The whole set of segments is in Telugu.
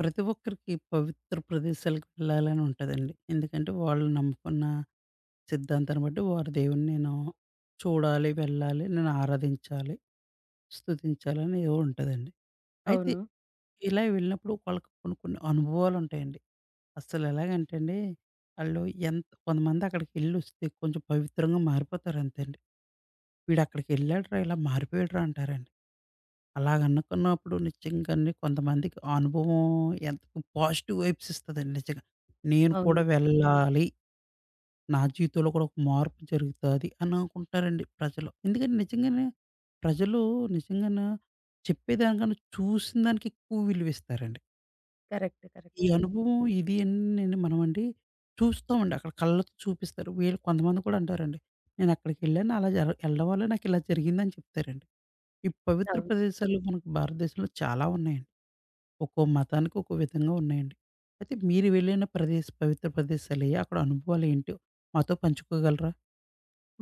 ప్రతి ఒక్కరికి పవిత్ర ప్రదేశాలకు వెళ్ళాలని ఉంటదండి. ఎందుకంటే వాళ్ళు నమ్ముకున్న సిద్ధాంతాన్ని బట్టి వారి దేవుడిని నేను చూడాలి, వెళ్ళాలి, నేను ఆరాధించాలి, స్తుతించాలి అని ఏవో ఉంటదండి. అయితే అవును. ఇలా వెళ్ళినప్పుడు వాళ్ళకి కొన్ని కొన్ని అనుభవాలు ఉంటాయండి. అసలు ఎలాగంటే అండి ఆళ్ళు ఎంత కొంతమంది అక్కడికెళ్ళొస్తే కొంచెం పవిత్రంగా మారిపోతారు అంతే అండి. వీడక్కడికెళ్ళాడురా! ఇలా మారిపోయాడురా అంటారండి. అలాగ అనుకున్నప్పుడు నిజంగానే కొంతమందికి ఆ అనుభవం ఎంత పాజిటివ్ వైబ్స్ ఇస్తదండి నిజంగా. నేను కూడా అవును. అవును. వెళ్ళాలి, నా జీవితంలో కూడా ఒక మార్పు జరుగుతాది అని అనుకుంటారండి ప్రజలు. ఎందుకంటే నిజంగానే ప్రజలు నిజంగానే చెప్పేదానికన్నా చూసిన దానికి ఎక్కువ విలువిస్తారండి. కరెక్ట్. కరెక్ట్. ఈ అనుభవం ఇది అని నేను మనమండి చూస్తామండి. అక్కడ కళ్ళతో చూపిస్తారు. వీళ్ళు కొంతమంది కూడా అంటారండి. నేను అక్కడికెళ్ళాను అలా జర వెళ్ళడం వల్ల నాకు ఇలా జరిగిందని చెప్తారండి. ఈ పవిత్ర అవును. ప్రదేశాలు మనకు భారతదేశంలో చాలా ఉన్నాయండి. ఒక్కో మతానికి ఒక్కో విధంగా ఉన్నాయండి. అయితే మీరు వెళ్ళిన ప్రదేశ పవిత్ర ప్రదేశాలెయి? అక్కడ అనుభవాలేంటో మాతో పంచుకోగలరా?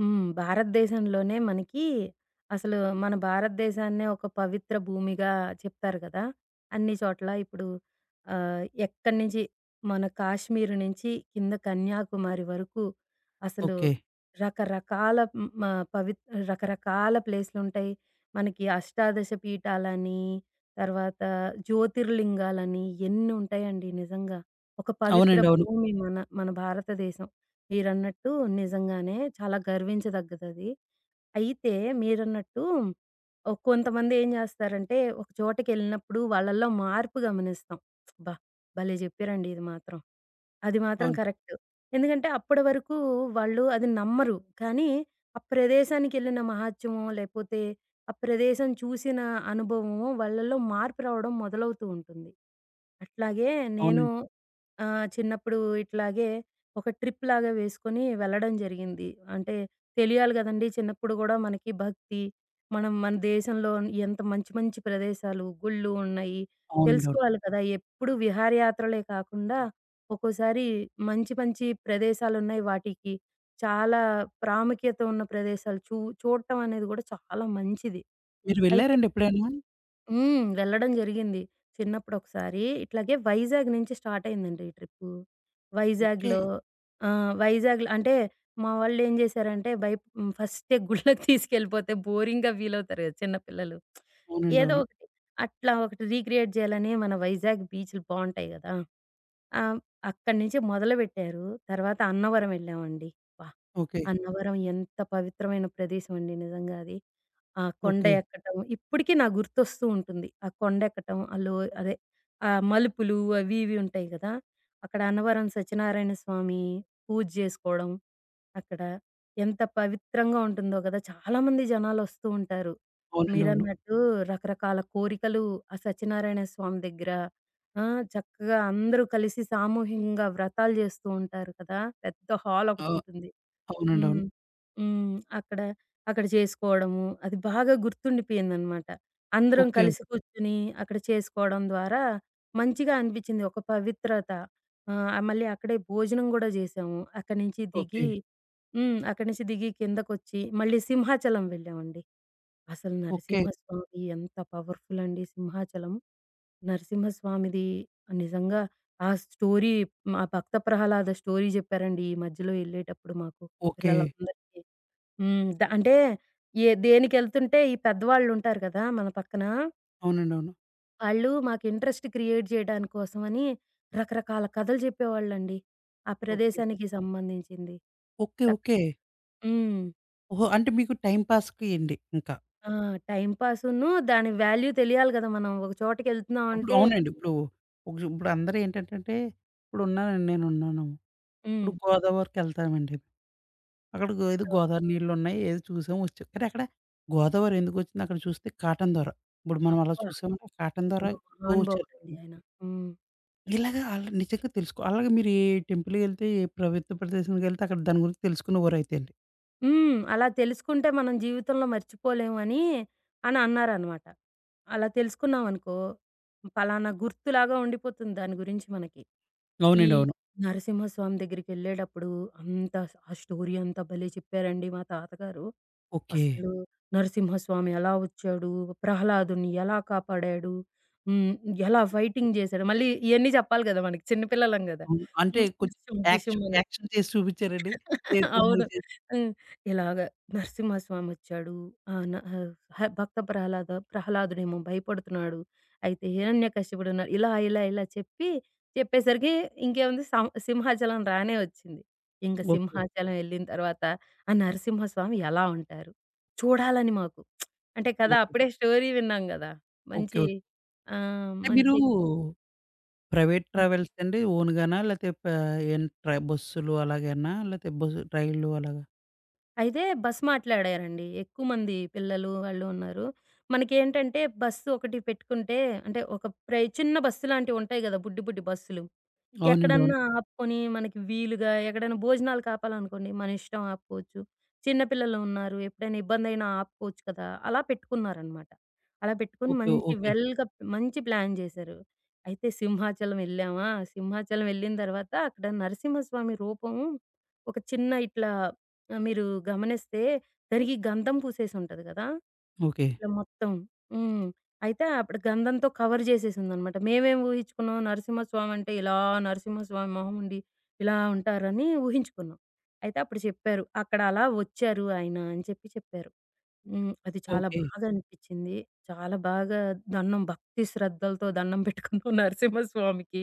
భారతదేశంలోనే మనకి అసలు మన భారతదేశాన్నే ఒక పవిత్ర భూమిగా చెప్తారు కదా! అన్ని చోట్ల ఇప్పుడు ఎక్కడి నుంచి మన కాశ్మీర్ నుంచి కింద కన్యాకుమారి వరకు అసలు ఓకే. రకరకాల హ్మ్, మ పవి రకరకాల ప్లేస్‌లుంటాయి. మనకి అష్టాదశ పీఠాలని, తర్వాత జ్యోతిర్లింగాలని ఎన్ని ఉంటాయండి నిజంగా. ఒక పవిత్ర అవునండి. అవును. భూమి మన మన భారతదేశం. మీరన్నట్టు నిజంగానే చాలా గర్వించదగ్గదది. అయితే మీరన్నట్టు కొంతమంది ఏం జేస్తారంటే ఒక చోటకెళ్ళినప్పుడు వాళ్ళలో మార్పు గమనిస్తాం. అబ్బా! భలే జెప్పారండి ఇది మాత్రం. అది మాత్రం అవును. కరెక్ట్. ఎందుకంటే అప్పటి వరకు వాళ్ళు అది నమ్మరు. కానీ ఆ ప్రదేశానికెళ్ళిన మహాత్మ్యమో లేపోతే ఆ ప్రదేశం చూసిన అనుభవమో వాళ్ళలో మార్పు రావడం మొదలవుతూ ఉంటుంది. అట్లాగే నేను అవునండి. చిన్నప్పుడు ఇట్లాగే ఒక ట్రిప్ లాగా వేసుకొని వెళ్ళడం జరిగింది. అంటే తెలియాలి గదండీ! చిన్నప్పుడు గూడా మనకి భక్తి, మనం మన దేశంలో ఎంత మంచి మంచి ప్రదేశాలు, గుళ్ళు ఉన్నాయి అవునండి. అవును. తెలుసుకోవాలి కదా! ఎప్పుడు విహారయాత్రలే కాకుండా ఒక్కోసారి మంచి మంచి ప్రదేశాలున్నాయి. వాటికి చాలా ప్రాముఖ్యత ఉన్న ప్రదేశాలు చూడటం అనేది గూడా చాలా మంచిది. మీరు అయితే వెళ్లారండి ఎప్పుడైనా? వెళ్ళడం జరిగింది. చిన్నప్పుడొకసారి ఇట్లాగే వైజాగ్ నుంచి స్టార్ట్ అయిందండి ఈ ట్రిప్పు. ఓకే. వైజాగ్‌లో ఆ! వైజాగ్‌లో అంటే మా వాళ్ళేం జేశారంటే భయ్ హ్మ్. ఫస్టే గుళ్ళకి తీసుకెళ్ళిపోతే బోరింగ్‌గా ఫీల్ అవుతారు గదా! చిన్న పిల్లలు. అవునండి. ఏదో అవును. ఒకటి అట్లా ఒకటి రీక్రియేట్ జేయాలని మన వైజాగ్ బీచ్‌లు బావుంటాయి గదా! ఆహ్, అక్కడి నుంచి మొదలుబెట్టారు. తర్వాత అన్నవరం వెళ్ళామండి. అబ్బా! ఓకే. అన్నవరం ఎంత పవిత్రమైన ప్రదేశం అండి నిజంగా అది. ఆ! కొండ ఓకే. ఎక్కటం. ఇప్పటికి నాకు గుర్తొస్తూ ఉంటుంది. ఆ కొండ ఎక్కటం, ఆ లో అదే ఆ మలుపులు అవి ఇవి ఉంటాయి గదా! అక్కడ అన్నవరం సత్యనారాయణ స్వామి పూజ జేసుకోవడం అక్కడ. ఎంత పవిత్రంగా ఉంటుందో గదా! చాలామంది జనాలొస్తూ ఉంటారు. అవునండి. అవును. మీరన్నట్టు రకరకాల కోరికలు ఆ సత్యనారాయణ స్వామి దగ్గర ఆ! చక్కగా అందరూ కలిసి సామూహికంగా వ్రతాలు జేస్తూ ఉంటారు కదా! పెద్ద హాల్ ఆ! ఒకటుంటుంది. అవునండి. హ్మ్. అవును. హ్మ్. అక్కడ, అక్కడ చేసుకోవడము. అది బాగా గుర్తుండిపోయిందనమాట. అందరం ఓకే. కలిసి కూర్చొని అక్కడ చేసుకోవడం ద్వారా మంచిగా అనిపించింది. ఒక పవిత్రత. మళ్ళీ అక్కడే భోజనం గూడా జేసాము. అక్కడి నుంచి దిగి ఓకే. అక్కడి నుంచి దిగి కిందకొచ్చి మళ్ళీ సింహాచలం వెళ్ళామండి. అసలు ఓకే. నరసింహస్వామి ఎంత పవర్‌ఫుల్ అండి సింహాచలం. నరసింహస్వామిది నిజంగా ఆ స్టోరీ మా భక్త ప్రహ్లాద స్టోరీ జెప్పారండి ఈ మధ్యలో ఎళ్ళేటప్పుడు మాకు ఓకే. పిల్లలందరికీ. హ్మ్. ద అంటే ఏ దేనికెళ్తుంటే ఈ పెద్దవాళ్ళుంటారు గదా! మన పక్కన. అవునండి. అవును. వాళ్ళు మాకు ఇంట్రెస్ట్ క్రియేట్ జేయడానికి కోసమని రకరకాల కథలు జెప్పేవాళ్ళండి. ఆ ఓకే. ప్రదేశానికి సంబంధించింది. ఓకే. చక్క ఓకే. హ్మ్. ఓహో! అంటే మీకు టైమ్ పాస్‌కి అండి ఇంకా. ఆ! టైమ్ పాసును దాని వాల్యూ తెలియాలి గదా! మనం ఒక అప్పుడు చోటకెళ్తున్నామంటే అవునండి. ఇప్పుడు ఇప్పుడు అందరూ ఏంటంటంటే ఇప్పుడున్నానండి నేనున్నాను హ్మ్. ఇప్పుడు గోదావరికెళ్తామండి. అక్కడ ఏదో ఆహ్, గోదావరి నీళ్ళున్నాయి. ఏదో చూసాం వచ్చాం. కానీ అక్కడ గోదావరి ఎందుకొచ్చింది అక్కడ చూస్తే కాటన్ దొర. ఇప్పుడు మనం అలా అబ్బా! చూసామంటే కాటన్ దొర నిజంగా ఓ చరిత్ర మహానుభావుడండి ఆయన. హ్మ్. ఇలాగా ఆళ్ళు నిజంగా తెలుసుకో అలాగే మీరు ఏ టెంపుల్‌కెళ్తే, ఏ ప్రభుత్వ ప్రదేశానికెళ్తే అక్కడ దాని గురించి తెలుసుకునేవారైతే అండి. హ్మ్. అలా తెలుసుకుంటే మనం జీవితంలో మర్చిపోలేము అని, అని అన్నారనమాట. అలా తెలుసుకున్నామనుకో, పలానా గుర్తులాగా ఉండిపోతుంది దాని గురించి మనకి. ఈ అవునండి. అవును. నరసింహస్వామి దగ్గరికెళ్ళేటప్పుడు అంత ఆ స్టోరీ అంతా భలే చెప్పారండి మా తాతగారు. ఓకే. అసలు నరసింహస్వామి ఎలా వచ్చాడు? ప్రహ్లాదుని ఎలా కాపాడాడు? హ్మ్. ఎలా ఫైటింగ్ జేశాడు? మళ్ళీ ఇయన్నీ జెప్పాలి గదా! మనకి చిన్న పిల్లలం గదా! అవును. అంటే కొంచెం 'డిషుం డిషుం' యాక్షన్, యాక్షన్ చేసి చూపిచ్చారండి? చేతులు అవును. మూసేసి హ్మ్. ఇలాగ నరసింహస్వామొచ్చాడు. ఆహ్, న ఆ హ భక్త ప్రహ్లాదుడేమో భయపడుతున్నాడు. అయితే హిరణ్యకశిపుడున్నాడు. ఇలా, ఇలా, ఇలా చెప్పి చెప్పేసరికి ఇంకేముంది సింహాచలం రానే వచ్చింది. ఇంక ఓకే. సింహాచలం ఎళ్ళిన తర్వాత ఆ నరసింహస్వామి ఎలా ఉంటారు? చూడాలని మాకు. అంటే కదా! ఓకే. అప్పుడే స్టోరీ విన్నాం గదా! ఓకే. మంచి ఓకే. ఆ! అంటే మీరు మంచిదిగా ప్రైవేట్ ట్రావెల్స్ అండి ఓన్‌గానా? లేతే ప ఏం బస్సులు అలాగేనా? లేతే బస్సు ట్రైన్‌లు అలాగా? అయితే బస్ మాట్లాడారండి. ఎక్కువ మంది పిల్లలు వాళ్ళు ఉన్నారు. మనకేంటంటే బస్సు ఒకటి పెట్టుకుంటే అంటే ఒక ప్రై చిన్న బస్సు లాంటివుంటాయి గదా! బుడ్డి బుడ్డి బస్సులు. అవునండి. అవును. ఎక్కడన్నా ఆపుకొని మనకి వీలుగా ఎక్కడైనా భోజనాలు కాపాలనుకోండి మన ఇష్టం ఆపుకోవచ్చు. చిన్న పిల్లలు ఉన్నారు. ఎప్పుడైనా ఇబ్బందైనా ఆపుకోవచ్చు కదా! అలా పెట్టుకున్నారనమాట. అలా పెట్టుకొని ఓకే. మంచి ఓకే. వెల్‌గా మంచి ప్లాన్ జేశారు. అయితే సింహాచలం ఎళ్ళామా, సింహాచలం ఎళ్ళిన తర్వాత అక్కడ నరసింహస్వామి రూపం ఒక చిన్న ఇట్లా మీరు గమనిస్తే దానికి గంధం పూసేసుంటది గదా! ఓకే. ఇట్లా మొత్తం. హ్మ్. అయితే అప్పుడు గంధంతో కవర్ జేసేసిందనమాట. మేమేం ఊహించుకున్నాం నరసింహస్వామి అంటే ఇలా నరసింహస్వామి మొహం ఉండి ఇలా ఉంటారని ఊహించుకున్నాం. అయితే అప్పుడు చెప్పారు. అక్కడ అలా వచ్చారు ఆయన అని చెప్పి చెప్పారు. అది చాలా ఓకే. బాగా అనిపిచ్చింది. చాలా బాగా భక్తి శ్రద్ధలతో దండం పెట్టుకున్నాం నరసింహస్వామికి.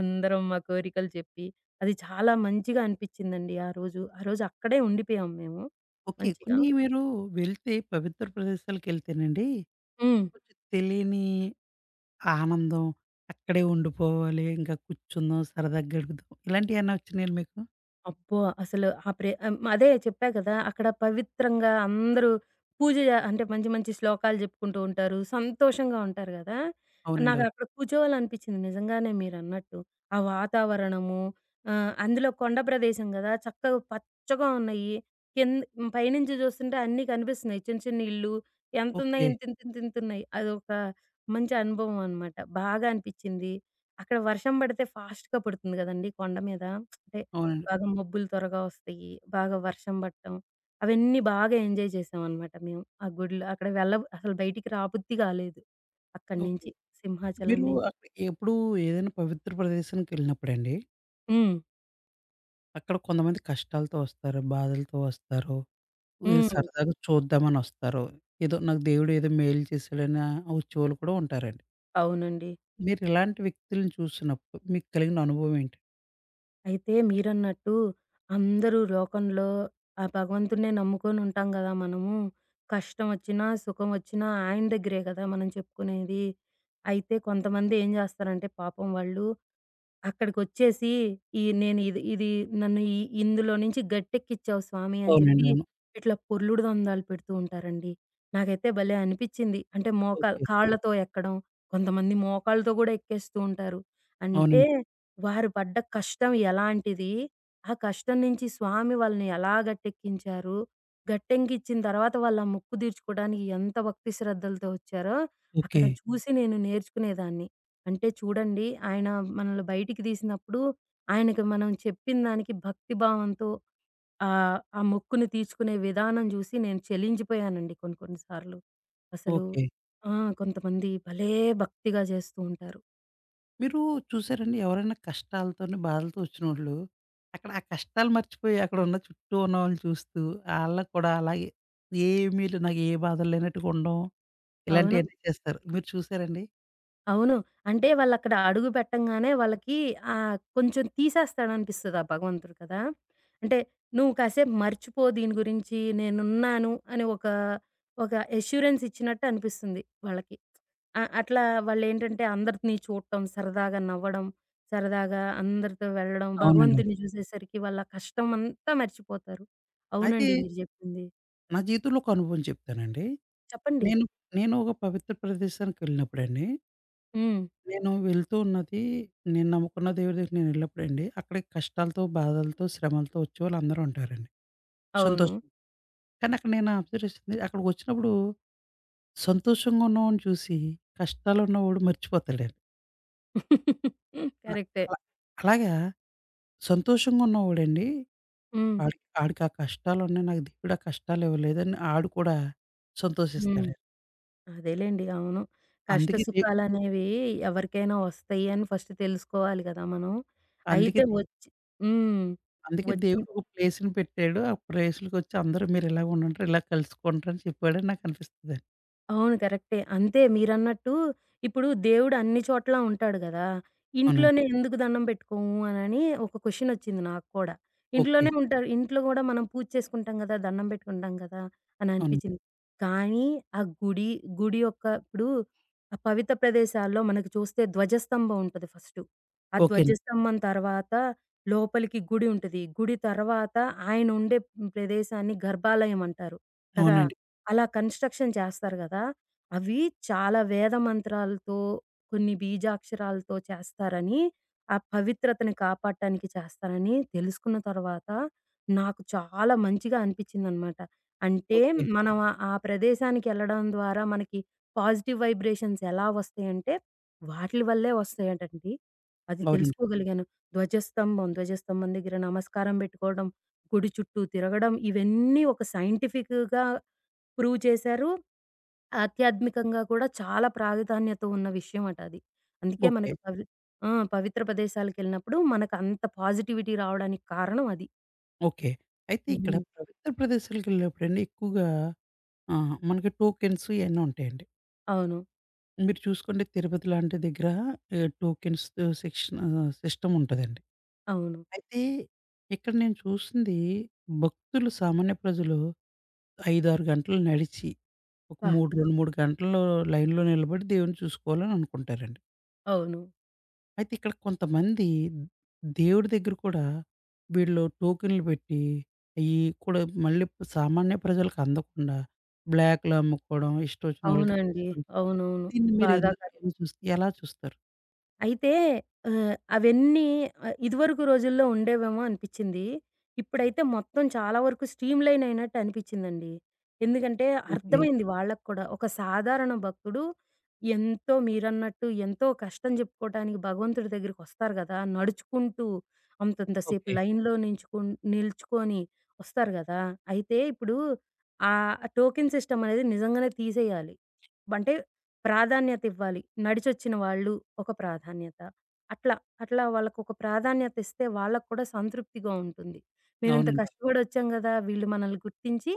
అందరం మా కోరికలు చెప్పి, అది చాలా మంచిగా అనిపిచ్చిందండి ఆ రోజు. ఆ రోజు అక్కడే ఉండిపోయాం మేము ఓకే. మంచిగా. కొన్ని మీరు వెళ్తే పవిత్ర ప్రదేశాలకెళ్తేనండి, హ్మ్. కొంచెం తెలియని ఆనందం, అక్కడే ఉండిపోవాలి, ఇంకా కూర్చుందాం, సరదాగా గడుపుదాం ఇలాంటియేమన్నా వచ్చినాయండి మీకు? అబ్బో! అసలు అదే చెప్పా కదా! అక్కడ పవిత్రంగా అందరూ పూజ జ అంటే మంచి మంచి శ్లోకాలు చెప్పుకుంటూ ఉంటారు. సంతోషంగా ఉంటారు గదా! అవునండి. అవును. నాకక్కడ కూర్చోవాలనిపించింది నిజంగానే మీరన్నట్టు. ఆ వాతావరణము అందులో కొండ ప్రదేశం గదా! చక్కగా పచ్చగా ఉన్నాయి. పైనుంచి చూస్తుంటే అన్నీ కనిపిస్తున్నాయి. చిన్న చిన్న ఇల్లు ఎంతున్నాయి ఓకే. ఇంతింతింతింతున్నాయి. అదొక మంచి అనుభవం అన్నమాట. బాగా అనిపించింది. అక్కడ వర్షం పడితే ఫాస్ట్‌గా పడుతుంది గదండీ కొండ మీద. అంటే అవునండి. బాగా మబ్బులు త్వరగా వస్తాయి. బాగా వర్షం పడటం. అవన్నీ బాగా ఎంజాయ్ చేశామనమాట మేము. ఆ గుడిలో అక్కడ అసలు బయటికి రాబుద్ధి కాలేదు. అక్కడి ఓకే. నుంచి సింహాచలం మీరు నుంచి. అక్కడ ఎప్పుడు ఏదైనా పవిత్ర ప్రదేశానికెళ్ళినప్పుడండి, హ్మ్. అక్కడ కొంతమంది కష్టాలతో వస్తారు, బాధలతో వస్తారు. ఈ హ్మ్. సరదాగా చూద్దామనొస్తారు. ఏదో నాకు దేవుడు ఏదో మేలు చేశాడని వచ్చేవాళ్ళు కూడా ఉంటారండి. అవునండి. మీరిలాంటి వ్యక్తులను చూసినప్పుడు మీకు కలిగిన అనుభవం ఏంటి? అయితే మీరన్నట్టు అందరూ లోకంలో ఆ భగవంతుడినే నమ్ముకొని ఉంటాం గదా! మనము. కష్టం వచ్చినా, సుఖం వచ్చినా ఆయన దగ్గరే కదా! మనం చెప్పుకునేది. అయితే కొంతమంది ఏం చేస్తారంటే పాపం వాళ్ళు అక్కడికొచ్చేసి ఈ నేను ఇది ఇది నన్ను ఇందులో నుంచి గట్టెక్కిచ్చావు స్వామి అని అవునండి. చెప్పి, అవును. ఇట్లా పొర్లుడు దందాలు పెడుతూ ఉంటారండి. నాకైతే భలే అనిపిచ్చింది. అంటే మోకాలు ఓకే. కాళ్ళతో ఎక్కడం, కొంతమంది మోకాళ్ళతో గూడా ఎక్కేస్తూ ఉంటారు. అంటే అవునండి. వారు పడ్డ కష్టం ఎలాంటిది, ఆ కష్టం నుంచి స్వామి వాళ్ళని ఎలా గట్టెక్కించారు, గట్టెక్కించిన తర్వాత వాళ్ళ మొక్కు తీర్చుకోవడానికి ఎంత భక్తి శ్రద్ధలతో వచ్చారో, అక్కడ ఓకే. చూసి నేను నేర్చుకునేదాన్ని. అంటే చూడండి, ఆయన మనల్ని బయటికి తీసినప్పుడు, ఆయనకి మనం చెప్పిన దానికి భక్తి భావంతో ఆ మొక్కుని తీర్చుకునే విధానం చూసి నేను చలించిపోయానండి కొన్ని కొన్ని సార్లు. అసలు ఓకే. ఆ! కొంతమంది భలే భక్తిగా చేస్తూ ఉంటారు. మీరు చూసారండి ఎవరైనా కష్టాలతోని, బాధలతో వచ్చినోళ్ళు అక్కడ ఆ కష్టాలు మర్చిపోయి అక్కడున్న చుట్టూ ఉన్నవాళ్ళని చూస్తూ ఆళ్ళకి కూడా అలాగే ఏమీ లే నాకు ఏ బాధలు లేనట్టుగా ఉండడం అవును. ఇలాంటియన్నీ చేస్తారు. మీరు చూసారండి? అవును. అంటే వాళ్ళక్కడ అడుగు పెట్టంగానే వాళ్ళకి కొంచెం తీసేస్తాడనిపిస్తది ఆ భగవంతుడు కదా! అంటే "నువ్వు కాసేపు మర్చిపో దీని గురించి. నేనున్నాను" అని ఒక అష్యూరెన్స్ ఇచ్చినట్టు అనిపిస్తుంది వాళ్ళకి. ఆ! అట్లా వాళ్ళేంటంటే అందరిని చూడటం, సరదాగా నవ్వడం, సరదాగా అందరితో వెళ్ళడం, అవునండి. అవును. భగవంతుడిని చూసేసరికి వాళ్ళ కష్టం అంతా మర్చిపోతారు. అయితే అవునండి మీరు చెప్పింది. నా జీవితంలో ఒక అనుభవం చెప్తానండి. చెప్పండి. నేను, నేను ఒక పవిత్ర ప్రదేశానికెళ్ళినప్పుడండి, హ్మ్. నేను వెళ్తూ ఉన్నది నేను నమ్ముకున్న దేవుడి దగ్గరికి నేనెళ్ళినప్పుడండి, అక్కడికి కష్టాలతో, బాధలతో, శ్రమలతో వచ్చేవాళ్ళందరూ ఉంటారండి. అవును. సంతోషం. కానీ అక్కడ నేను అబ్జర్వ్ చేసింది అక్కడికొచ్చినప్పుడు సంతోషంగా ఉన్నవాడిని చూసి కష్టాలు ఉన్నవాడు మర్చిపోతాడండి. అ కరెక్టే. అలా అలాగా సంతోషంగా ఉన్నవాడండి హ్మ్. ఆడికి ఆడికి ఆ కష్టాలున్నాయి నాకు దేవుడు ఆ కష్టాలు ఇవ్వలేదని ఆడు కూడా హ్మ్. సంతోషిస్తాడండి. అదేలెండి. అవును. కష్ట అందుకే దే సుఖాలనేవి ఎవరికైనా వస్తాయి అని ఫస్ట్ తెలుసుకోవాలి గదా మనం. అందుకే అయితే వచ్చి హ్మ్. అందుకే వచ్చిన దేవుడు ఒక ప్లేస్‌ని పెట్టాడు. ఆ ప్లేస్‌లకొచ్చి అందరూ మీరిలాగ ఉండుంటారు, ఇలా కలుసుకుంటారని చెప్పాడని నాకనిపిస్తదండి. అవును. కరెక్టే. అంతే మీరన్నట్టు ఇప్పుడు దేవుడు అన్ని చోట్ల ఉంటాడు గదా! అవునండి. ఇంట్లోనే ఎందుకు దండం పెట్టుకోము అనని ఒక క్వెషనొచ్చింది నాకు కూడా. ఓకే. ఇంట్లోనే ఉంటారు. ఇంట్లో గూడా మనం పూజ చేసుకుంటాం గదా! దండం పెట్టుకుంటాం కదా! అని అవును. అనిపిచ్చింది. కానీ ఆ గుడి, గుడి యొక్క ఇప్పుడు ఆ పవిత్ర ప్రదేశాల్లో మనకి చూస్తే ధ్వజస్తంభం ఉంటది ఫస్టు. ఆ ఓకే అండి. ధ్వజస్తంభం తర్వాత లోపలికి గుడి ఉంటది. గుడి తర్వాత ఆయన ఉండే ప్రదేశాన్ని గర్భాలయం అంటారు కదా! అవునండి. అలా కన్‌స్ట్రక్షన్ చేస్తారు గదా! అవి చాలా వేద మంత్రాలతో, కొన్ని బీజాక్షరాలతో చేస్తారని, ఆ పవిత్రతని కాపాడటానికి చేస్తారని తెలుసుకున్న తర్వాత, నాకు చాలా మంచిగా అనిపిచ్చిందనమాట. అంటే, ఓకే. మనం ఆ ప్రదేశానికెళ్ళడం ద్వారా మనకి పాజిటివ్ వైబ్రేషన్స్ ఎలా వస్తాయంటే, వాటిలి వల్లే వస్తాయటండి. అది అవునండి. తెలుసుకోగలిగాను. ధ్వజస్తంభం, ధ్వజస్తంభం దగ్గర నమస్కారం బెట్టుకోవడం, గుడి చుట్టూ తిరగడం, ఇవన్నీ ఒక సైంటిఫిక్‌గా ప్రూవ్ చేశారు. ఆధ్యాత్మికంగా కూడా చాలా ప్రాధాన్యత ఉన్న విషయం అట అది. అందుకే ఓకే. మనకి ఆ! పవిత్ర ప్రదేశాలకెళ్ళినప్పుడు మనకంత పాజిటివిటీ రావడానికి కారణం అది. ఓకే. అయితే ఇక్కడ హ్మ్. పవిత్ర ప్రదేశాలకెళ్ళినప్పుడండి ఎక్కువగా ఆహా! మనకి టోకెన్స్ ఇయన్నీ ఉంటాయండి. అవును. మీరు చూసుకుంటే తిరుపతి లాంటి దగ్గర ఈ టోకెన్స్ సెక్షన్ సిస్టమ్ ఉంటదండి. అవును. అయితే ఇక్కడ నేను చూసింది భక్తులు, సామాన్య ప్రజలు 5, 6 గంటలు నడిచి, ఒక అబ్బా! మూడు 2, 3 గంటలు లైన్‌లో నిలబడి దేవుడిని చూసుకోవాలని అనుకుంటారండి. అవును. అయితే ఇక్కడ కొంతమంది దేవుడి దగ్గర కూడా వీళ్ళు టోకెన్‌లు పెట్టి, అయి కూడా మళ్ళీ సామాన్య ప్రజలకు అందకుండా బ్లాక్‌లో అమ్ముకోవడం, ఇష్టమొచ్చినోళ్ళకి అవునండి. తీసుకోవడం. అవునవును. దీన్ని మీరు ఎందుకు బాధాకరం. ఎలా చూస్తారు? అయితే అవన్నీ ఇదివరకు రోజుల్లో ఉండేవేమో అనిపిచ్చింది. ఇప్పుడైతే మొత్తం చాలా వరకు స్ట్రీమ్ లైన్ అయినట్టు అనిపిచ్చిందండి. ఎందుకంటే ఓకే. అర్థమైంది వాళ్ళకి కూడా. ఒక సాధారణ భక్తుడు ఎంతో మీరన్నట్టు ఎంతో కష్టం చెప్పుకోవటానికి భగవంతుడి దగ్గరికొస్తారు గదా! నడుచుకుంటూ అంతంత సేపు ఓకే. లైన్‌లో నిల్చుకొని వస్తారు గదా! అయితే ఇప్పుడు ఆ టోకెన్ సిస్టమ్ అనేది నిజంగానే తీసేయాలి. అంటే ప్రాధాన్యత ఇవ్వాలి. నడిచొచ్చిన వాళ్ళు ఒక ప్రాధాన్యత. అట్లా, అట్లా వాళ్ళకొక ప్రాధాన్యత ఇస్తే వాళ్ళకి కూడా సంతృప్తిగా ఉంటుంది. మేమింత అవునండి. కష్టపడొచ్చాం గదా! వీళ్ళు మనల్ని గుర్తించి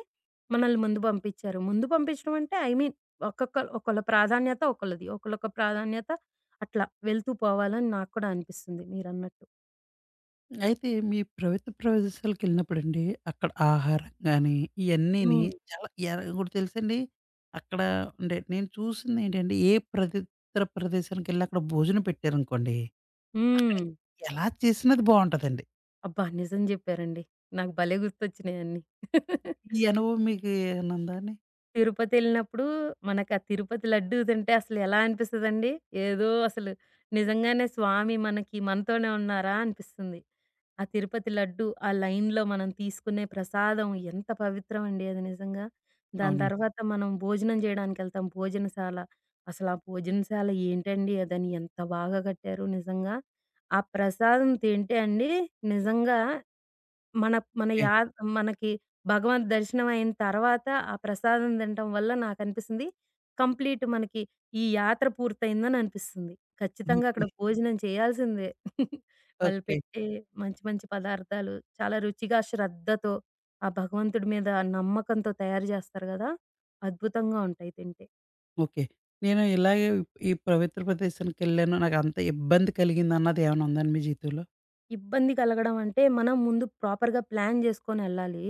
మనల్ని ముందు పంపిచ్చారు. ముందు పంపించడం అంటే ఐ మీన్ ఒక్కొక్క ఒకళ్ళ ప్రాధాన్యత ఒకళ్ళది. ఒకళ్ళొక ప్రాధాన్యత అట్లా వెళ్తూ పోవాలని నాకు కూడా అనిపిస్తుంది మీరన్నట్టు. అయితే మీ ప్రభుత్వ ప్రదేశాలకెళ్ళినప్పుడండి, అక్కడ ఆహారం గానీ, ఇయన్నీని హ్మ్. చాలా యాహ్! ఇంకోటి తెలుసండి, అక్కడ అంటే నేను చూసిందేంటంటే, ఏ ప్రదిత్ర ప్రదేశానికెళ్ళి అక్కడ భోజనం పెట్టారనుకోండి, అక్కడ హ్మ్. ఎలా చేసినా అది బావుంటదండి. అబ్బా! నిజం జెప్పారండి. నాకు భలే గుర్తొచ్చినియన్నీ. ఈ అనుభవం మీకు ఏమన్నా ఉందా అండి? తిరుపతెళ్ళినప్పుడు మనకా తిరుపతి లడ్డూ తింటే అసలెలా అనిపిస్తదండి? ఏదో అసలు నిజంగానే స్వామి మనకి మనతోనే ఉన్నారా అనిపిస్తుంది. ఆ తిరుపతి లడ్డూ, ఆ లైన్‌లో మనం తీసుకునే ప్రసాదం ఎంత పవిత్రం అండి అది నిజంగా. దాని అవునండి. తర్వాత మనం భోజనం జేయడానికెళ్తాం భోజనశాల. అసలా భోజనశాల ఏంటండి దాన్ని ఎంత బాగా కట్టారు నిజంగా. ఆ ప్రసాదం తింటే అండి నిజంగా మన మన ఓకే. యా మనకి భగవంత్ దర్శనం అయిన తర్వాత ఆ ప్రసాదం తినటం వల్ల నాకనిపిస్తుంది కంప్లీట్ మనకి ఈ యాత్ర పూర్తయిందని అనిపిస్తుంది. ఖచ్చితంగా అక్కడ ఓకే. భోజనం చేయాల్సిందే. వాళ్ళు ఓకే. పెట్టే మంచి మంచి పదార్థాలు చాలా రుచిగా, శ్రద్ధతో, ఆ భగవంతుడి మీద నమ్మకంతో తయారు జేస్తారు గదా! అద్భుతంగా ఉంటాయి తింటే. ఓకే. నేను ఇలాగే ఈ పవిత్ర ప్రదేశానికెళ్ళాను, నాకంత ఇబ్బంది కలిగిందన్నది ఏమైనా ఉందా అండి మీ జీవితంలో? ఇబ్బంది కలగడం అంటే, మనం ముందు ప్రాపర్‌గా ప్లాన్ జేసుకొనెళ్ళాలి.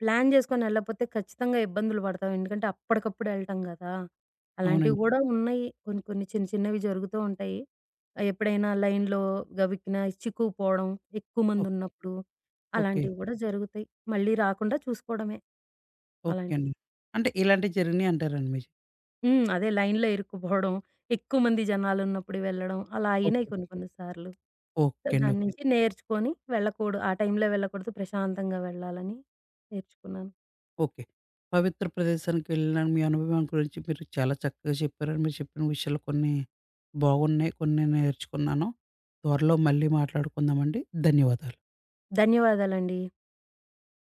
ప్లాన్ జేసుకొనెళ్ళపోతే ఖచ్చితంగా ఇబ్బందులు పడతాం. ఎందుకంటే, అప్పటికప్పుడు ఎళ్ళటం గదా! అలాంటివి అవునండి. గూడా ఉన్నాయి. కొన్ని, కొన్ని చిన్న చిన్నవి జరుగుతూ ఉంటాయి. ఎప్పుడైనా లైన్‌లో గవిక్కిన చిక్కుకుపోవడం, ఎక్కువ ఓకే. మందున్నప్పుడు ఓకే. అలాంటివి గూడా జరుగుతాయి. మళ్ళీ రాకుండా చూసుకోవడమే ఓకే అలాంటివి. అండి. అంటే ఇలాంటివి జరిగినియి అంటారండి మీ జీ అదే లైన్‌లో ఇరుక్కుపోవడం, ఎక్కువ మంది జనాలున్నప్పుడు వెళ్ళడం అలా అయినాయి ఓకే. కొన్ని కొన్ని సార్లు. సో, ఓకే అండి. దాని ఓకే. అండి. నుంచి నేర్చుకొని వెళ్ళకూడదు. ఆ టైంలో వెళ్ళకూడదు. ప్రశాంతంగా వెళ్ళాలని నేర్చుకున్నాను. ఓకే. పవిత్ర ప్రదేశానికి వెళ్ళిన మీ అనుభవం గురించి మీరు చాలా చక్కగా చెప్పారండి. మీరు చెప్పిన విషయాలు కొన్ని బాగున్నాయి. కొన్ని నేర్చుకున్నాను. త్వరలో మళ్ళీ మాట్లాడుకుందామండి. ధన్యవాదాలు. ధన్యవాదాలండి.